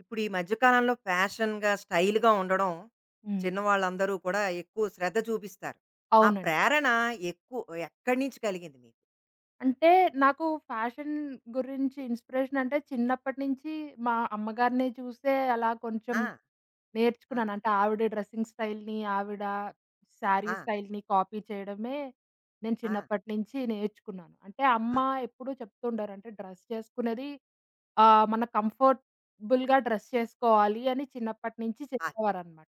ఇప్పుడు ఈ మధ్య కాలంలో ఫ్యాషన్‌గా, స్టైల్‌గా ఉండడం హ్మ్. చిన్నవాళ్ళందరూ కూడా ఎక్కువ శ్రద్ధ చూపిస్తారు. ఆ అవునండి. ప్రేరణ ఎక్కువ ఎక్కడి నుంచి కలిగింది మీకు? అంటే నాకు ఫ్యాషన్ గురించి ఇన్‌స్పిరేషన్ అంటే చిన్నప్పటి నుంచి మా అమ్మగారిని చూసే అలా కొంచెం ఆ! నేర్చుకున్నాను. ఆ! అంటే ఆవిడ డ్రెస్సింగ్ స్టైల్‌ని, ఆవిడ శారీ ఆ! స్టైల్‌ని కాపీ చేయడమే నేను ఆ! చిన్నప్పటి నుంచి నేర్చుకున్నాను. అంటే అమ్మ అది. ఎప్పుడూ చెప్తుంటారు. అంటే డ్రెస్ చేసుకునేది మన కంఫర్టబుల్‌గా డ్రెస్ చేసుకోవాలి అని చిన్నప్పటి నుంచి అది. చెప్పేవారనమాట.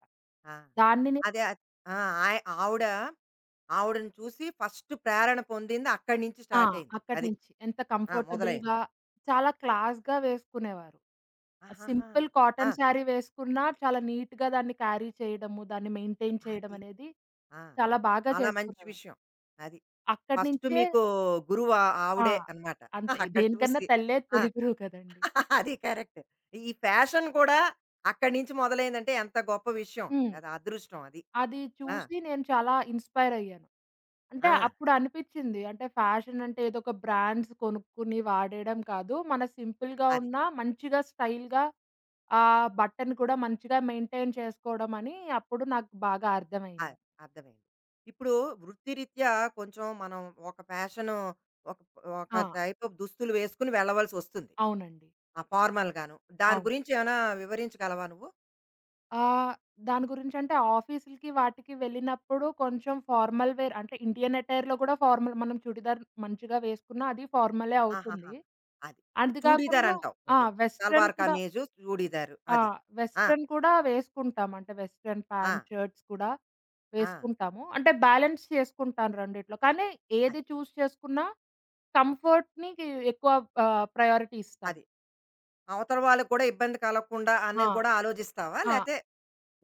ఆ! దాన్ని నే అదే అద్ ఆ! ఆయ ఆవిడ ఆవిడని చూసి ఫస్ట్ ప్రేరణ పొందింది, అక్కడి నుంచి ఆ! స్టార్ట్ అయింది. అక్కడి అది. నుంచి. ఎంత ఆ! మొదలైంది. కంఫర్టబుల్‌గా, చాలా క్లాస్‌గా వేసుకునేవారు. ఆహాహా! సింపుల్ ఆ! కాటన్ శారీ వేసుకున్నా చాలా నీట్‌గా దాన్ని క్యారీ చేయడము, దాన్ని మెయింటైన్ చేయడం అది. అనేది ఆ! చాలా బాగా చాలా మంచి చేసుకునేవారు. విషయం. అది. అక్కడి ఫస్ట్ నుంచే మీకు గురువు ఆ! ఆవిడే అన్నమాట. అంతే. అక్కడ దేనికన్నా చూసి. తల్లే ఆ! తొలిగురువు కదండీ! అది కరెక్ట్. ఈ ఫ్యాషన్ కూడా అక్కడి నుంచి మొదలైందంటే ఎంత గొప్ప విషయం. హ్మ్. అది అదృష్టం అది. అది ఆ! చూసి నేను చాలా ఇన్‌స్పైర్ అయ్యాను. అంటే ఆ! అప్పుడనిపిచ్చింది. అంటే ఫ్యాషన్ అంటే ఏదో ఒక బ్రాండ్స్ కొనుక్కొని వాడేయడం కాదు. మన సింపుల్‌గా అది. ఉన్న మంచిగా స్టైల్‌గా ఆ అది. బట్టను కూడా మంచిగా మెయింటైన్ చేసుకోవడం అని అప్పుడు నాకు బాగా అర్థమైంది. అది. అర్థమైంది. ఇప్పుడు వృత్తిరీత్యా కొంచెం మనం ఒక ఫ్యాషను ఒక ఆ! ఒక టైప్ ఆఫ్ దుస్తులు వేసుకొని వెళ్ళవలసొస్తుంది. అవునండి. ఆ ఫార్మల్‌గాను. దాని అవును. గురించి ఏమైనా వివరించగలవా నువ్వు? ఆహ్, దాని గురించంటే ఆఫీసులకి వాటికి వెళ్ళినప్పుడు కొంచెం ఫార్మల్ వేర్ అంటే ఇండియన్ అటైర్‌లో గూడా ఫార్మల్ మనం చుడిదార్ మంచిగా వేసుకున్నా అది ఫార్మలే ఆహాహా! అవుతుంది. అది. అది చూడీదార్ కాకుండా అంటావు ఆ! నువ్వు. వెస్ట్రన్ సల్వార్ కూడా కమీజు, చూడీదారు ఆ! అది. ఆ! వెస్ట్రన్ కూడా వేసుకుంటాం. అంటే వెస్ట్రన్ ఆ! ప్యాంట్, షర్ట్స్ కూడా ఆ! వేసుకుంటాము. అంటే బ్యాలెన్స్ చేసుకుంటాను రెండిట్లో. కానీ ఏది అది. చూజ్ చేసుకున్నా కంఫర్ట్‌నికి ఎక్కువ ప్రయారిటీ ఇస్తాను. అది. అవతల వాళ్ళకి కూడా ఇబ్బంది కలగకుండా ఆ! అనేది కూడా ఆలోచిస్తావా? ఆ! లేతే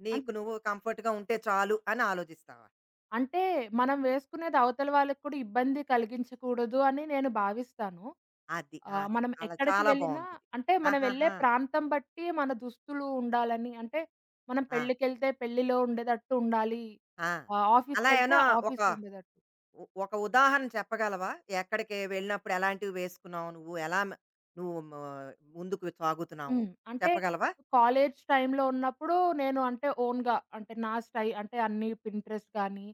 నీకు అంటే నువ్వు కంఫర్ట్‌గా ఉంటే చాలు అని ఆలోచిస్తావా? అంటే మనం వేసుకునేది అవతల వాళ్ళకి కూడా ఇబ్బంది కలిగించకూడదు అని నేను భావిస్తాను. అది. అది. మనం అలా ఎక్కడికి చాలా వెళ్ళినా బావుంది. అంటే మనం వెళ్ళే ఆహాహా! ప్రాంతం బట్టి మన దుస్తులు ఉండాలని అంటే మనం ఆ! పెళ్ళికెళ్తే పెళ్ళిలో ఉండేటట్టు ఉండాలి. ఆ! అలా ఆఫీస్‌కెళ్తే ఏమైనా ఒక ఆఫీస్‌లో ఉండేటట్టు. ఒక ఉదాహరణ చెప్పగలవా? ఎక్కడికి వెళ్ళినప్పుడు ఎలాంటివి వేసుకున్నావు నువ్వు? ఎలా మ నువ్వు మ ముందుకు సాగుతున్నావు? హ్మ్. అంటే చెప్పగలవా? కాలేజ్ టైమ్‌లో ఉన్నప్పుడు నేను అంటే ఓన్‌గా అంటే నా స్టై అంటే అన్ని పింట్రెస్ట్ గానీ,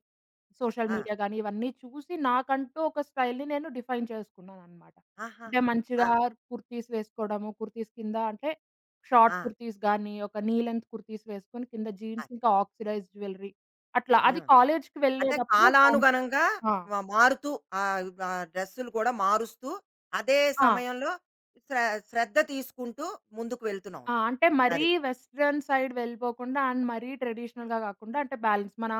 సోషల్ ఆ! మీడియా గానీ ఇవన్నీ చూసి నాకంటూ ఒక స్టైల్‌ని నేను డిఫైన్ చేసుకున్నాననమాట. అంటే ఆహాహా! ఆ! మంచిగా కుర్తీస్ వేసుకోవడము, కుర్తీస్ కింద అంటే ఆ! షార్ట్ కుర్తీస్ గానీ, ఒక నీ లెంత్ కుర్తీస్ వేసుకొని కింద జీన్స్ అది. ఇంకా ఆక్సిడైజ్డ్ జ్యువెలరీ అట్లా ఆ! అది కాలేజ్‌కి అంటే వెళ్ళేటప్పుడు బావుంటుంది. కాలానుగుణంగా ఆ! మారుతూ, ఆ డ్రెస్సులు కూడా మారుస్తూ, అదే ఆ! సమయంలో శ్ర శ్రద్ధ తీసుకుంటూ ముందుకు వెళ్తున్నావు ఆ! నువ్వు. అంటే మరీ అది. వెస్టర్న్ సైడ్ వెళ్ళిపోకుండా అండ్ మరీ ట్రెడిషనల్‌గా కాకుండా అంటే బ్యాలన్స్. మన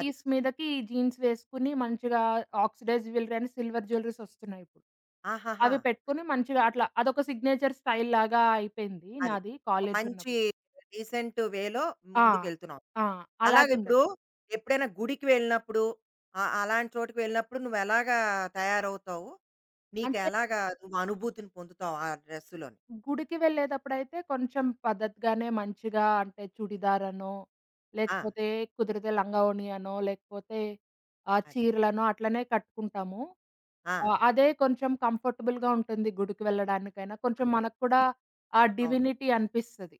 అది. మీదకి జీన్స్ వేసుకొని మంచిగా ఆక్సిడైజ్డ్ జ్యువెలరీ అని సిల్వర్ జ్యువెలరీస్ వస్తున్నాయి ఇప్పుడు. ఆహాహా! అవి అది. పెట్టుకొని మంచిగా అట్లా అదొక సిగ్నేచర్ స్టైల్ లాగా అయిపోయింది అది. నాది ఒక కాలేజ్ మంచి ఉన్నప్పుడు. డీసెంట్ వేలో ఆ! ముందుకెళ్తున్నావు. ఆ! అలాగిప్పుడు అలాగుండేది. ఎప్పుడైనా గుడికి వెళ్ళినప్పుడు, అలాంటి చోటుకి వెళ్ళినప్పుడు నువ్వెలాగా తయారవుతావు? అంటే నీకెలాగా నువ్వు అనుభూతిని పొందుతావు ఆ డ్రెస్సులోని? గుడికి వెళ్ళేటప్పుడైతే కొంచెం పద్ధతిగానే మంచిగా అంటే చుడిదార్ అనో, ఆ! లేకపోతే కుదిరితే లంగా ఓణి అనో, లేకపోతే అది. చీరలనో అట్లనే కట్టుకుంటాము. ఆ! ఆ! అదే కొంచెం కంఫర్టబుల్‌గా ఉంటుంది గుడికి వెళ్ళడానికైనా. కొంచెం అదే. మనకు కూడా ఆ అవును. డివినిటీ అనిపిస్తది.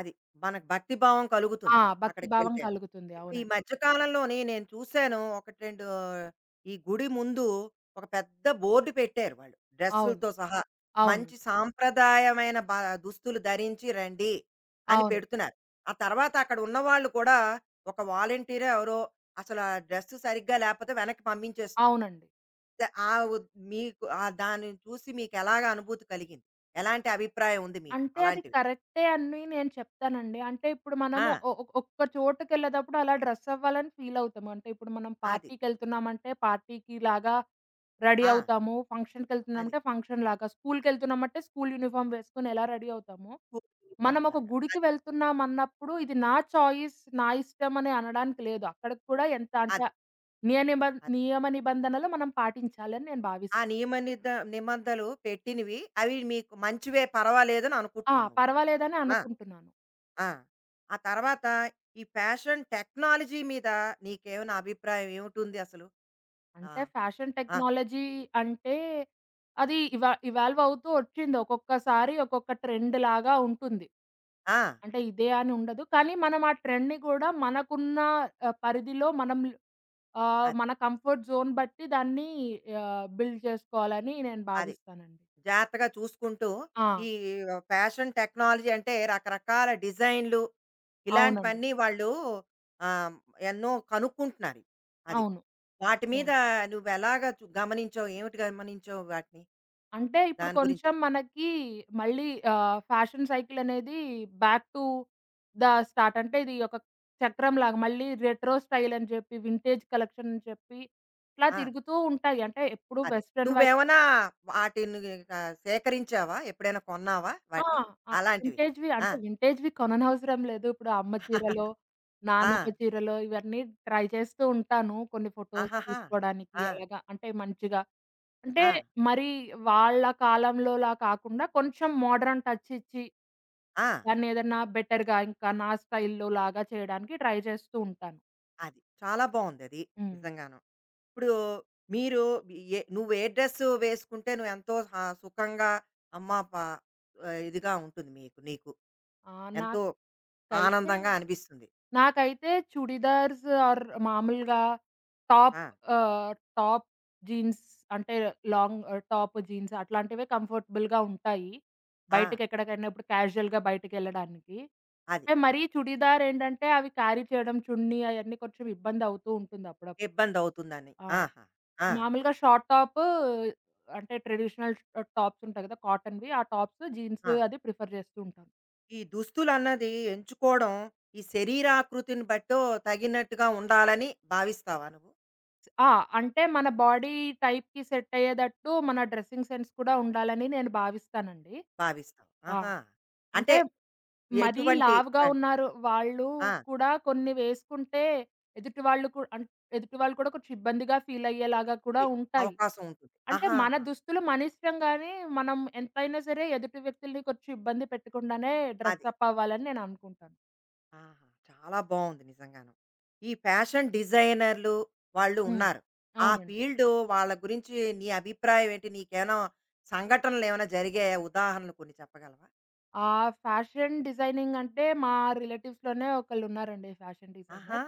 అది. మనకు భక్తి భావం కలుగుతుంది ఆ! భక్తి అక్కడికి భావం వెళ్తే. కలుగుతుంది. ఇప్పుడు ఈ అవునండి. మధ్య కాలంలోని నేను చూశాను 1, 2 ఈ గుడి ముందు ఒక పెద్ద బోర్డు పెట్టారు వాళ్ళు, అవును. డ్రెస్సులతో సహా. అవును. మంచి సాంప్రదాయమైన దుస్తులు ధరించి రండి అని అవును. పెడుతున్నారు. ఆ తర్వాత అక్కడ ఉన్నవాళ్ళు కూడా ఒక వాలంటీరో ఎవరో అసలు ఆ డ్రెస్ సరిగ్గా లేకపోతే వెనక్కి పంపించేస్తున్నారు. అవునండి. ద ఆ ఉద్ మీకు ఆ దాన్ని చూసి మీకెలాగా అనుభూతి కలిగింది? ఎలాంటి అభిప్రాయం ఉంది మీకు అంటే అది అలాంటివి? కరెక్టే అని నేను చెప్తానండి. అంటే ఇప్పుడు ఆ! మనము ఒ ఒ ఒక్క చోటుకెళ్ళేటప్పుడు అలా డ్రెస్ అవ్వాలని ఫీల్ అవుతాము. అంటే ఇప్పుడు మనం అది. పార్టీకెళ్తున్నామంటే పార్టీకి లాగా రెడీ ఆ! అవుతాము. అది. ఫంక్షన్‌కెళ్తున్నామంటే ఫంక్షన్ లాగా, స్కూల్‌కెళ్తున్నామంటే స్కూల్ యూనిఫార్మ్ వేసుకొని ఎలా రెడీ అవుతామో కోడిగుడ్డు మనం ఒక పాములాగా. గుడికి అది. వెళ్తున్నాం అన్నప్పుడు, ఇది నా చాయిస్, నా ఇష్టం అని అనడానికి లేదు. అక్కడికి కూడా ఎంత అంటే అది. అది. నియమ నిబంధనలు మనం పాటించాలని నేను భావిస్తున్నా. ఆ నియమ నిబంధనలు పెట్టినవి అవి మీకు మంచివే, పర్వాలేదని ఆ! అనుకుంటున్నావు నువ్వు. పర్వాలేదని ఆ! అనుకుంటున్నాను. ఆ! ఆ తర్వాత ఈ ఫ్యాషన్ టెక్నాలజీ మీద నీకేమైనా అభిప్రాయం ఏమిటుంది అసలు? ఆ! అంటే ఫ్యాషన్ ఆ! టెక్నాలజీ అంటే అది ఇవాల్వ్ అవుతూ వచ్చింది. ఒక్కొక్కసారి ఒక్కొక్క ట్రెండ్ లాగా ఉంటుంది. ఆ! అంటే ఇదే అని ఉండదు. కానీ మనం ఆ ట్రెండ్‌ని కూడా మనకున్న పరిధిలో మనం అది. మన కంఫర్ట్ జోన్ బట్టి దాన్ని బిల్డ్ చేసుకోవాలని నేను అది. భావిస్తానండి. జాగ్రత్తగా చూసుకుంటూ ఆ! ఈ ఫ్యాషన్ టెక్నాలజీ అంటే రకరకాల డిజైన్‌లు అవునండి. ఇలాంటివన్నీ వాళ్ళు ఆహ్, ఎన్నో కనుక్కుంటున్నారు. అది. అవును. వాటి మీద అవును. నువ్వెలాగా గమనించావు? ఏమిటి గమనించావు వాటిని? అంటే ఇప్పుడు దాని గురించి. కొంచెం మనకి మళ్ళీ ఫ్యాషన్ సైకిల్ అనేది బ్యాక్ టు ద స్టార్ట్ అంటే ఇది ఒక చక్రంలాగా మళ్ళీ రెట్రో స్టైల్ అని చెప్పి, వింటేజ్ కలెక్షన్ అని చెప్పి ఇట్లా ఆ! తిరుగుతూ ఉంటాయి. అంటే ఎప్పుడు అదే. వెస్టర్న్ వై నువ్వేమన్నా వాటిని సేకరించావా? ఎప్పుడైనా కొన్నావా ఆ! వాటిని? ఆ! అలాంటివి. వింటేజ్‌వి ఆ! అంటే వింటేజ్‌వి కొననవసరం లేదు. ఇప్పుడు అమ్మ చీరలో, ఆ! నాన్నమ్మ చీరలో ఇవన్నీ ట్రై చేస్తూ ఉంటాను. కొన్ని ఫోటోస్ ఆహాహా! తీసుకోవడానికి ఆ! అలాగా అంటే మంచిగా అంటే ఆ! మరి వాళ్ళ కాలంలోలా కాకుండా కొంచెం మోడర్న్ టచ్ ఇచ్చి ఆ! దాన్ని ఏదన్నా బెటర్‌గా ఇంకా నా స్టైల్‌లోలాగా చేయడానికి ట్రై చేస్తూ ఉంటాను. అది. చాలా బావుందది. హ్మ్. నిజంగాను. ఇప్పుడు మీరు నువ్వు ఏ డ్రెస్ వేసుకుంటే నువ్వెంతో హ సుఖంగా, అమ్మా! ఇదిగా ఉంటుంది మీకు. నీకు ఆ! ఎంతో నాకైతే ఆనందంగా అనిపిస్తుంది. నాకైతే చుడిదార్స్ ఆర్ మామూలుగా టాప్ ఆ! ఆహ్, టాప్ జీన్స్ అంటే లాంగ్, టాప్ జీన్స్ అట్లాంటివే కంఫర్టబుల్‌గా ఉంటాయి. ఆ! బయటకెక్కడికైనా ఇప్పుడు క్యాజువల్‌గా బయటికెళ్ళడానికి. అది. అంటే మరీ చుడిదార్ ఏంటంటే అవి క్యారీ చేయడం చున్నీ అయన్నీ కొంచెం ఇబ్బంది అవుతూ ఉంటుంది అప్పుడప్పుడు. ఇబ్బందవుతుందని. ఆ! ఆహా! ఆ! మామూలుగా షార్ట్ టాపు అంటే ట్రెడిషనల్ టాప్స్ ఉంటాయి కదా! కాటన్‌వి. ఆ టాప్స్, జీన్స్ ఆ! అది ప్రిఫర్ చేస్తూ ఉంటాను. ఈ దుస్తులన్నది ఎంచుకోవడం, ఈ శరీరాకృతిని బట్టో తగినట్టుగా ఉండాలని భావిస్తావా నువ్వు? ఆ! అంటే మన బాడీ టైప్‌కి సెట్ అయ్యేటట్టు మన డ్రెసింగ్ సెన్స్ కూడా ఉండాలని నేను భావిస్తానండి. భావిస్తావు. ఆ! ఆహా! అంటే అంటే మరీ ఎటువంటి లావుగా అన్ ఉన్నారు వాళ్ళు ఆ! కూడా కొన్ని వేసుకుంటే ఎదుటి వాళ్ళు కు అన్ ఎదుటి వాళ్ళు కూడా కొంచెం ఇబ్బందిగా ఫీల్ అయ్యేలాగా కూడా పి ఉంటాయి. అవకాశం ఉంటుంది. అంటే మన ఆహాహా! దుస్తులు మనిష్టం గానీ, మనం ఎంతైనా సరే ఎదుటి వ్యక్తుల్ని కొంచెం ఇబ్బంది పెట్టకుండానే అది. డ్రెస్సప్ అవ్వాలని నేను అనుకుంటాను. ఆహా! చాలా బావుంది నిజంగాను. ఈ ఫ్యాషన్ డిజైనర్లు వాళ్ళు హ్మ్. ఉన్నారు. ఆ అవునండి. ఫీల్డు వాళ్ళ గురించి నీ అభిప్రాయం ఏంటి? నీకేమైనా సంఘటనలేమైనా జరిగాయా? ఉదాహరణలు కొన్ని చెప్పగలవా? ఫ్యాషన్ డిజైనింగ్ అంటే మా రిలేటివ్స్‌లోనే ఒకళ్ళున్నారండి ఫ్యాషన్ డిజైనర్. ఆహా!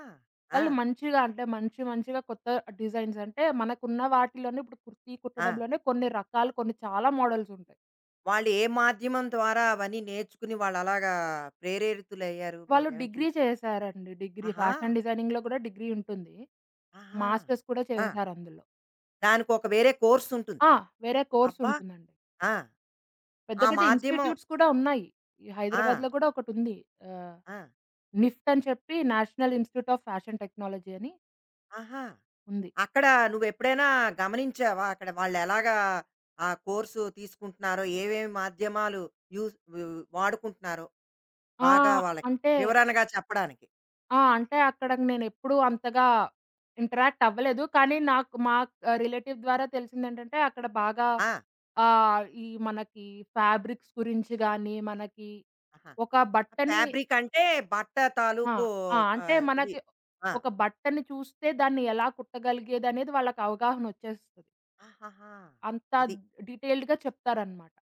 ఆ! వాళ్ళు మంచిగా అంటే మంచి మంచిగా కొత్త డిజైన్స్ అంటే మనకున్న వాటిలోనే ఇప్పుడు కుర్తీ ఆ! కుట్టడంలోనే కొన్ని రకాలు కొన్ని చాలా మోడల్స్ ఉంటాయి. వాళ్ళు ఏ మాధ్యమం ద్వారా అవన్నీ నేర్చుకుని వాళ్ళు అలాగా ప్రేరేరితులయ్యారు, వాళ్ళు మీరేమైనా చూ డిగ్రీ చేశారండి. డిగ్రీ ఆహా! ఫ్యాషన్ డిజైనింగ్‌లో కూడా డిగ్రీ ఉంటుంది. ఆహా! మాస్టర్స్ కూడా ఆ! చేశారు అందులో. దానికి ఒక వేరే కోర్స్ ఉంటుంది. ఆ! వేరే కోర్స్ అబ్బా! ఉంటుందండి. ఆ! పెద్ద ఆ పెద్ద మాధ్యమం ఇన్‌స్టిట్యూట్స్ కూడా ఉన్నాయి. ఈ ఆ! హైదరాబాద్‌లో కూడా ఒకటుంది. ఆహ్, ఆ! నిఫ్ట్ అని చెప్పి national institute of fashion technology అని ఆహా! ఉంది. అక్కడ నువ్వెప్పుడైనా గమనించావా? అక్కడ వాళ్ళెలాగా ఆ కోర్సు తీసుకుంటున్నారో, ఏవేమి మాధ్యమాలు యూజ్ వ్ వాడుకుంటున్నారో ఆ! బాగా వాళ్ళకి అంటే వివరణగా చెప్పడానికి? ఆ! అంటే అక్కడకి నేనెప్పుడూ అంతగా ఇంటరాక్ట్ అవ్వలేదు. కానీ నాకు మా రిలేటివ్ ద్వారా తెలిసిందేంటంటే అక్కడ బాగా ఆ! ఈ మనకి ఫ్యాబ్రిక్స్ గురించి గానీ, మనకి ఆహా! ఒక బట్టని ఫ్యాబ్రిక్ అంటే బట్ట ఆ! తాలూకు ఆ! అంటే ఇది. మనకి ఆ! ఒక బట్టని చూస్తే దాన్ని ఎలా కుట్టగలిగేదనేది వాళ్ళకి అవగాహనొచ్చేస్తది. ఆహాహా! అంత అది. డీటెయిల్డ్‌గా చెప్తారనమాట.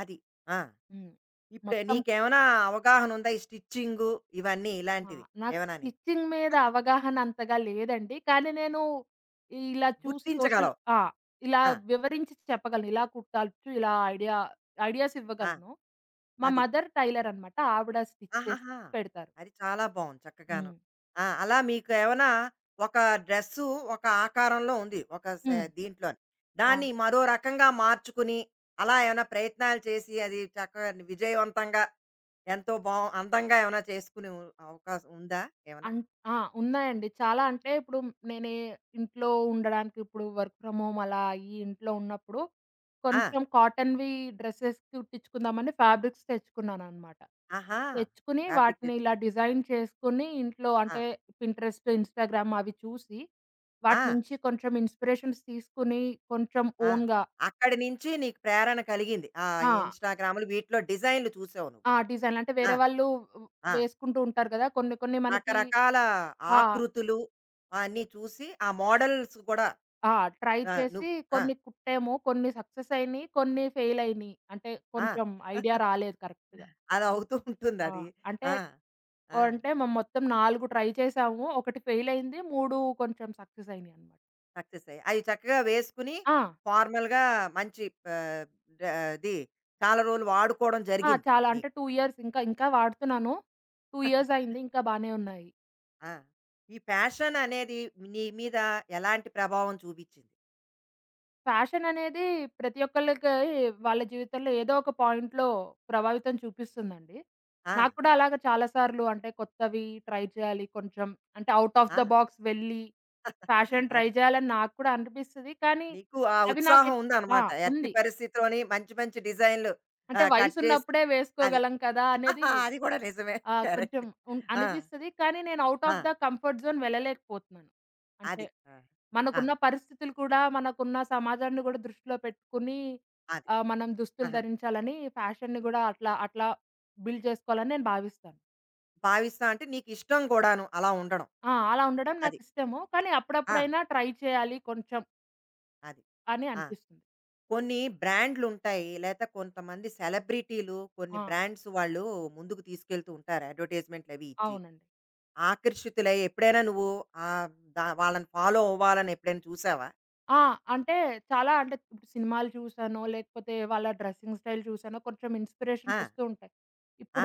అది. ఆ! హ్మ్. ఇప్పుడు మొత్తం నీకేమైనా అవగాహన ఉందా? ఈ స్టిచ్చింగు ఇవన్నీ ఆ! ఇలాంటివి నాకు ఏమైనా నీకు? స్టిచ్చింగ్ మీద అవగాహన అంతగా లేదండి. కానీ నేను ఇలా చూసి సోషల్ గుర్తించగలవు. ఆ! ఇలా ఆ! వివరించి చెప్పగలను. ఇలా కుట్టచ్చు, ఇలా ఐడియా ఐడియాస్ ఆ! ఇవ్వగలను. మా అది. మదర్ టైలర్ అనమాట. ఆవిడ స్టిచ్ చేసి ఆహాహా! పెడతారు. అది చాలా బావుంది చక్కగాను. హ్మ్. ఆ! అలా మీకు ఏమైనా ఒక డ్రెస్సు ఒక ఆకారంలో ఉంది. ఒక సే హ్మ్. దీంట్లోని. ఆ! దాన్ని మరో రకంగా మార్చుకుని, అలా ఏమైనా ప్రయత్నాలు చేసి అది చక్కగా విజయవంతంగా ఎంతో బా అందంగా ఏమైనా చేసుకునే అవకాశం ఉందా ఏమైనా? అన్ ఆ! ఉన్నాయండి. చాలా అంటే ఇప్పుడు నేనే ఇంట్లో ఉండడానికి ఇప్పుడు వర్క్ ఫ్రమ్ హోమ్ అలా అయ్యి ఇంట్లో ఉన్నప్పుడు, ఆ! కొంచెం కాటన్‌వి డ్రెసెస్ కుట్టించుకుందామని ఫ్యాబ్రిక్స్ తెచ్చుకున్నాననమాట. ఆహా! తెచ్చుకుని ఫ్యాబ్రిక్ వాటిని ఇలా తెచ్చుకుని. డిజైన్ చేసుకొని ఇంట్లో ఆ! అంటే పింట్రెస్ట్, ఇన్‌స్టాగ్రామ్ అవి చూసి, ఆ! వాటి నుంచి కొంచెం ఇన్‌స్పిరేషన్స్ తీసుకొని కొంచెం ఆ! ఓన్‌గా అక్కడి నుంచి నీకు ప్రేరణ కలిగింది. ఆ ఆ! ఇన్‌స్టాగ్రామ్‌లు వీటిలో డిజైన్‌లు చూసావు నువ్వు. ఆ! డిజైన్‌లు అంటే ఆ! వేరే వాళ్ళు ఆ! వేసుకుంటూ ఉంటారు కదా! కొన్ని కొన్ని మనకి రకరకాల ఆ! ఆకృతులు అన్నీ చూసి ఆ మోడల్స్ కూడా ఆ! ట్రై ఆ! నువ్వు చేసి ఆ! కొన్ని కుట్టాము. కొన్ని సక్సెస్ అయినియి. కొన్ని ఫెయిల్ అయినియి. అంటే ఆ! కొంచెం రాలేదు కరెక్ట్‌గా. అలా అవుతూ ఆ! ఉంటుందది. అంటే ఆ! ఆ! అంటే మేము మొత్తం 4 ట్రై చేసాము. ఒకటి ఫెయిల్ అయింది. 3 కొంచెం సక్సెస్ అయినియన్నమాట. సక్సెస్ అయ్యాయి. అయి చక్కగా వేసుకుని ఆ! ఫార్మల్‌గా మంచి ఆహ్, డ అది చాలా రోజులు వాడుకోవడం ఆ! జరిగింది చాలా అంటే నీకు. 2 ఇయర్స్ ఇంకా ఇంకా వాడుతున్నాను. 2 ఇయర్స్ అయింది. ఇంకా బానే ఉన్నాయి. ఆ! ఈ ఫ్యాషన్ అనేది నీ మీద ఎలాంటి ప్రభావం చూపించింది? ఫ్యాషన్ అనేది ప్రతి ఒక్కళ్ళకి వాళ్ళ జీవితంలో ఏదో ఒక పాయింట్‌లో ప్రభావితం చూపిస్తుందండి. ఆ! నాకు కూడా అలాగా చాలా సార్లు అంటే కొత్తవి ట్రై చేయాలి. కొంచెం అంటే ఔట్ ఆఫ్ ఆ! ద బాక్స్ వెళ్ళి ఫ్యాషన్ ట్రై అది. చేయాలని నాకు కూడా అనిపిస్తది. కానీ నీకు ఆ అవి ఉత్సాహం నాకెక్కువ ఆ! ఉందనమాట. ఎట్టి ఉంది. పరిస్థితిలోని మంచి మంచి డిజైన్‌లు, అంటే కట్ చేసి వయసున్నప్పుడే అది. వేసుకోగలం కదా! అనేది అది కూడా నిజమే. కరెక్ట్. కొంచెం ఆ! అనిపిస్తది. కానీ నేను ఔట్ ఆ! ఆఫ్ ద కంఫర్ట్ జోన్ వెళ్ళలేకపోతున్నాను. అంటే అది. ఆ! ఆ! మనకున్న ఆ! పరిస్థితులు కూడా, మనకున్న సమాజాన్ని కూడా దృష్టిలో పెట్టుకొని అది. మనం దుస్తులు ఆహా! ధరించాలని ఫ్యాషన్‌ని కూడా అట్లా, అట్లా బిల్డ్ చేసుకోవాలని నేను భావిస్తాను. భావిస్తా అంటే నీకిష్టం కూడాను అలా ఉండడం. ఆ! అలా ఉండడం అది. నాకిష్టము. కానీ ఆ! అప్పుడప్పుడైనా ట్రై చేయాలి కొంచెం అది. అని ఆ! అనిపిస్తుంది. కొన్ని బ్రాండ్‌లుంటాయి. లేతే కొంతమంది సెలబ్రిటీలు కొన్ని ఆ! బ్రాండ్స్ వాళ్ళు ముందుకు తీసుకెళ్తూ ఉంటారు, అడ్వర్‌టైజ్‌మెంట్‌లవి ఇచ్చి. అవునండి. ఆకర్షితులై ఎప్పుడైనా నువ్వు ఆహ్, వాళ్ళని ఫాలో అవ్వాలని ఎప్పుడైనా చూసావా? ఆ! అంటే చాలా అంటే ఇప్పుడు సినిమాలు చూసానో, లేకపోతే వాళ్ళ డ్రెస్సింగ్ స్టైల్ చూసానో కొంచెం ఆ! ఇన్‌స్పిరేషన్స్ వస్తూ ఉంటాయి.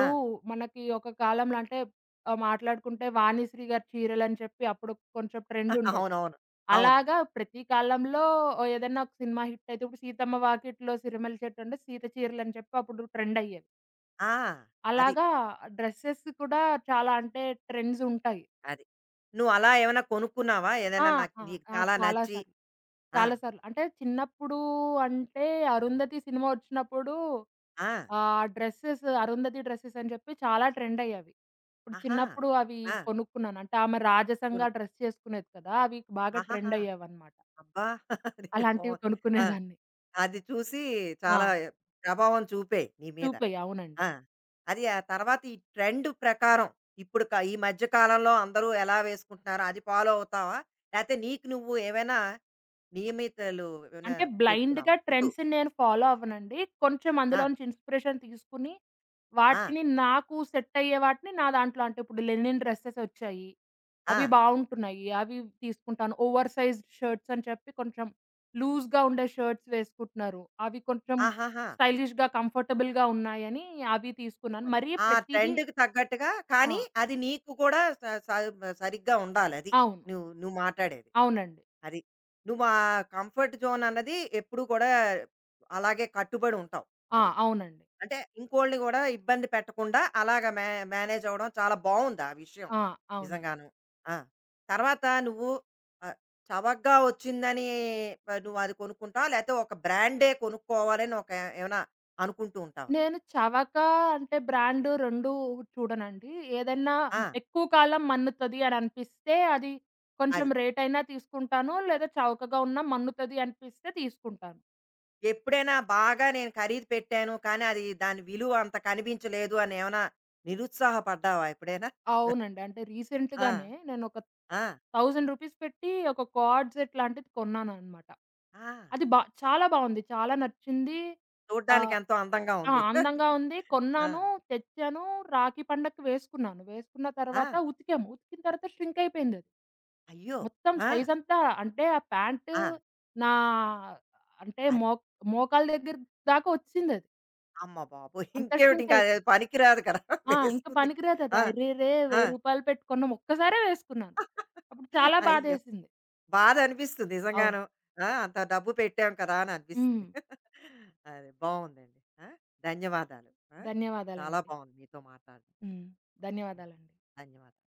ఆ! మనకి ఒక కాలంలో అంటే మాట్లాడుకుంటే 'వాణిశ్రీ' గారి చీరలని చెప్పి అప్పుడు కొంచెం ట్రెండ్ ఉండేది. అవునవును. అవును. అలాగా ప్రతి కాలంలో ఏదైనా ఒక సినిమా హిట్ అయితే ఇప్పుడు 'సీతమ్మ వాకిట్లో సిరిమల్ల చెట్టు' అంటే 'సీత చీరలు' అని చెప్పి అప్పుడు ట్రెండ్ అయ్యేవి. ఆ! అది. అలాగా డ్రెసెస్ కూడా చాలా అంటే ట్రెండ్స్ ఉంటాయి. అది. నువ్వు అలా ఏమైనా కొనుక్కున్నావా? ఆ! ఏదైనా నాకు ఆ! నీకు ఆ! చాలా చాలా నచ్చి? సార్లు. ఆ! చాలా సార్లు. అంటే చిన్నప్పుడు అంటే 'అరుంధతి' సినిమా వచ్చినప్పుడు ఆ! డ్రెసెస్ 'అరుంధతి' డ్రెసెస్ అని చెప్పి చాలా ట్రెండ్ అయ్యేవి. ఇప్పుడు ఆహా! చిన్నప్పుడు అవి ఆ! కొనుక్కున్నాను. అంటే ఆమె కొను రాజసంగా డ్రెస్ చేసుకునేది కదా! అవి బాగా ఆహాహా! ట్రెండ్ అయ్యేవన్నమాట. అబ్బా! అది అలాంటివి బావుంది. ఆ! కొనుక్కునేదాన్ని. అది చూసి ఆ! చాలా ప్రభావం చూపాయి నీ మీద. చూపే అవునండి. ఆ! అది ఆ తర్వాత ఈ ట్రెండ్ ప్రకారం ఇప్పుడు ఈ మధ్య కాలంలో అందరూ ఎలా వేసుకుంటున్నారో అది ఫాలో అవుతావా? లేతే నీకు నువ్వు ఏవైనా నియమితలు ఏమైనా అంటే పెట్టుకున్నావా బ్లైండ్‌గా చుట్టూ? ట్రెండ్స్‌ని నేను ఫాలో అవ్వనండి. కొంచెం ఆ! అందులో నుంచి ఇన్‌స్పిరేషన్ తీసుకొని, ఆ! వాటిని నాకు సెట్ అయ్యే వాటిని నా దాంట్లో అంటే ఇప్పుడు లెనిన్ డ్రెసెస్ వచ్చాయి. ఆ! అవి బావుంటున్నాయి. అవి తీసుకుంటాను. ఓవర్ సైజ్డ్ షర్ట్స్ అని చెప్పి కొంచెం లూజ్‌గా ఉండే షర్ట్స్ వేసుకుంటున్నారు. అవి కొంచెం ఆహాహా! స్టైలిష్‌గా, కంఫర్టబుల్‌గా ఉన్నాయని అవి తీసుకున్నాను. అది. మరీ ఆ ప్రతీదీ ట్రెండ్‌కి తగ్గట్టుగా, ఆ! కానీ అది నీకు కూడా స స సరిగ్గా ఉండాలది. అవును. నువ్వు నువ్వు మాట్లాడేది. అవునండి. అది. నువ్వు ఆ కంఫర్ట్ జోన్ అన్నది ఎప్పుడు కూడా అలాగే కట్టుబడి ఉంటావు. ఆ! అది. అవునండి. అంటే ఇంకోళ్ళని గూడా ఇబ్బంది పెట్టకుండా అలాగా మేనేజ్ అవ్వడం చాలా బావుంది ఆ విషయం. ఆ! అవును. నిజంగాను. ఆ! తర్వాత నువ్వు, ఆహ్, చవకగా వచ్చిందని నువ్వు అది కొనుక్కుంటావా? లేతే ఒక బ్రాండే కొనుక్కోవాలని ఒక ఏమైనా అనుకుంటూ ఉంటావా? నేను 'చవక' అంటే బ్రాండు 2 చూడనండి. ఏదన్నా ఆ! ఎక్కువ కాలం మన్నుతది అని అనిపిస్తే అది కొంచెం అది. రేటైనా తీసుకుంటాను. లేదా చవకగా ఉన్నా మన్నుతది అనిపిస్తే తీసుకుంటాను. ఎప్పుడైనా బాగా నేను ఖరీదు పెట్టాను, కానీ అది దాని విలువ అంత కనిపించలేదు అని ఏమైనా నిరుత్సాహపడ్డావా ఎప్పుడైనా? అవునండి. అంటే ఆ! రీసెంట్‌గానే నేను ఒక ఆ! 1,000 రూపీస్ పెట్టి ఒక కార్డ్ సెట్ లాంటిది కొన్నాననమాట. ఆ! అది చాలా బావుంది. చాలా నచ్చింది. ఆ! చూడ్డానికి ఎంతో అందంగా ఆ! ఉంది. అందంగా ఉంది. ఆ! కొన్నాను, తెచ్చాను, రాఖీ పండక్కి వేసుకున్నాను. వేసుకున్న ఆ! తర్వాత ఉతికాము. ఉతికిన తర్వాత ష్రింక్ అయిపోయిందది. అయ్యో! మొత్తం ఆ! సైజంతా అంటే ఆ ప్యాంటు ఆ! నా అంటే అది. మో మోకాళ్ళ దగ్గర దాకా వచ్చిందది. అమ్మ బాబోయ్! అంత ఇంకేమిటి, ష్రింక్ ఇంకా అది అయిపోయింది. పనికిరాదు కదా! ఆ! ఇంక వేసుకుంది. పనికిరాదది. ఆ! అరెరే! రూ. ఆ! 1,000 పెట్టుకున్నాం. ఒక్కసారే వేసుకున్నాను. అప్పుడు చాలా అయ్యో! బాధేసింది. బాధనిపిస్తుంది అవును. నిజంగాను. ఆ! అంత డబ్బు పెట్టాం కదా! అని అనిపిస్తుంది. హ్మ్. అది బావుందండి. ఆ! ధన్యవాదాలు. ఆ! చాలా ధన్యవాదాలండి. బావుంది మీతో మాట్లాడడం. హ్మ్. ధన్యవాదాలండి. ధన్యవాదాలు.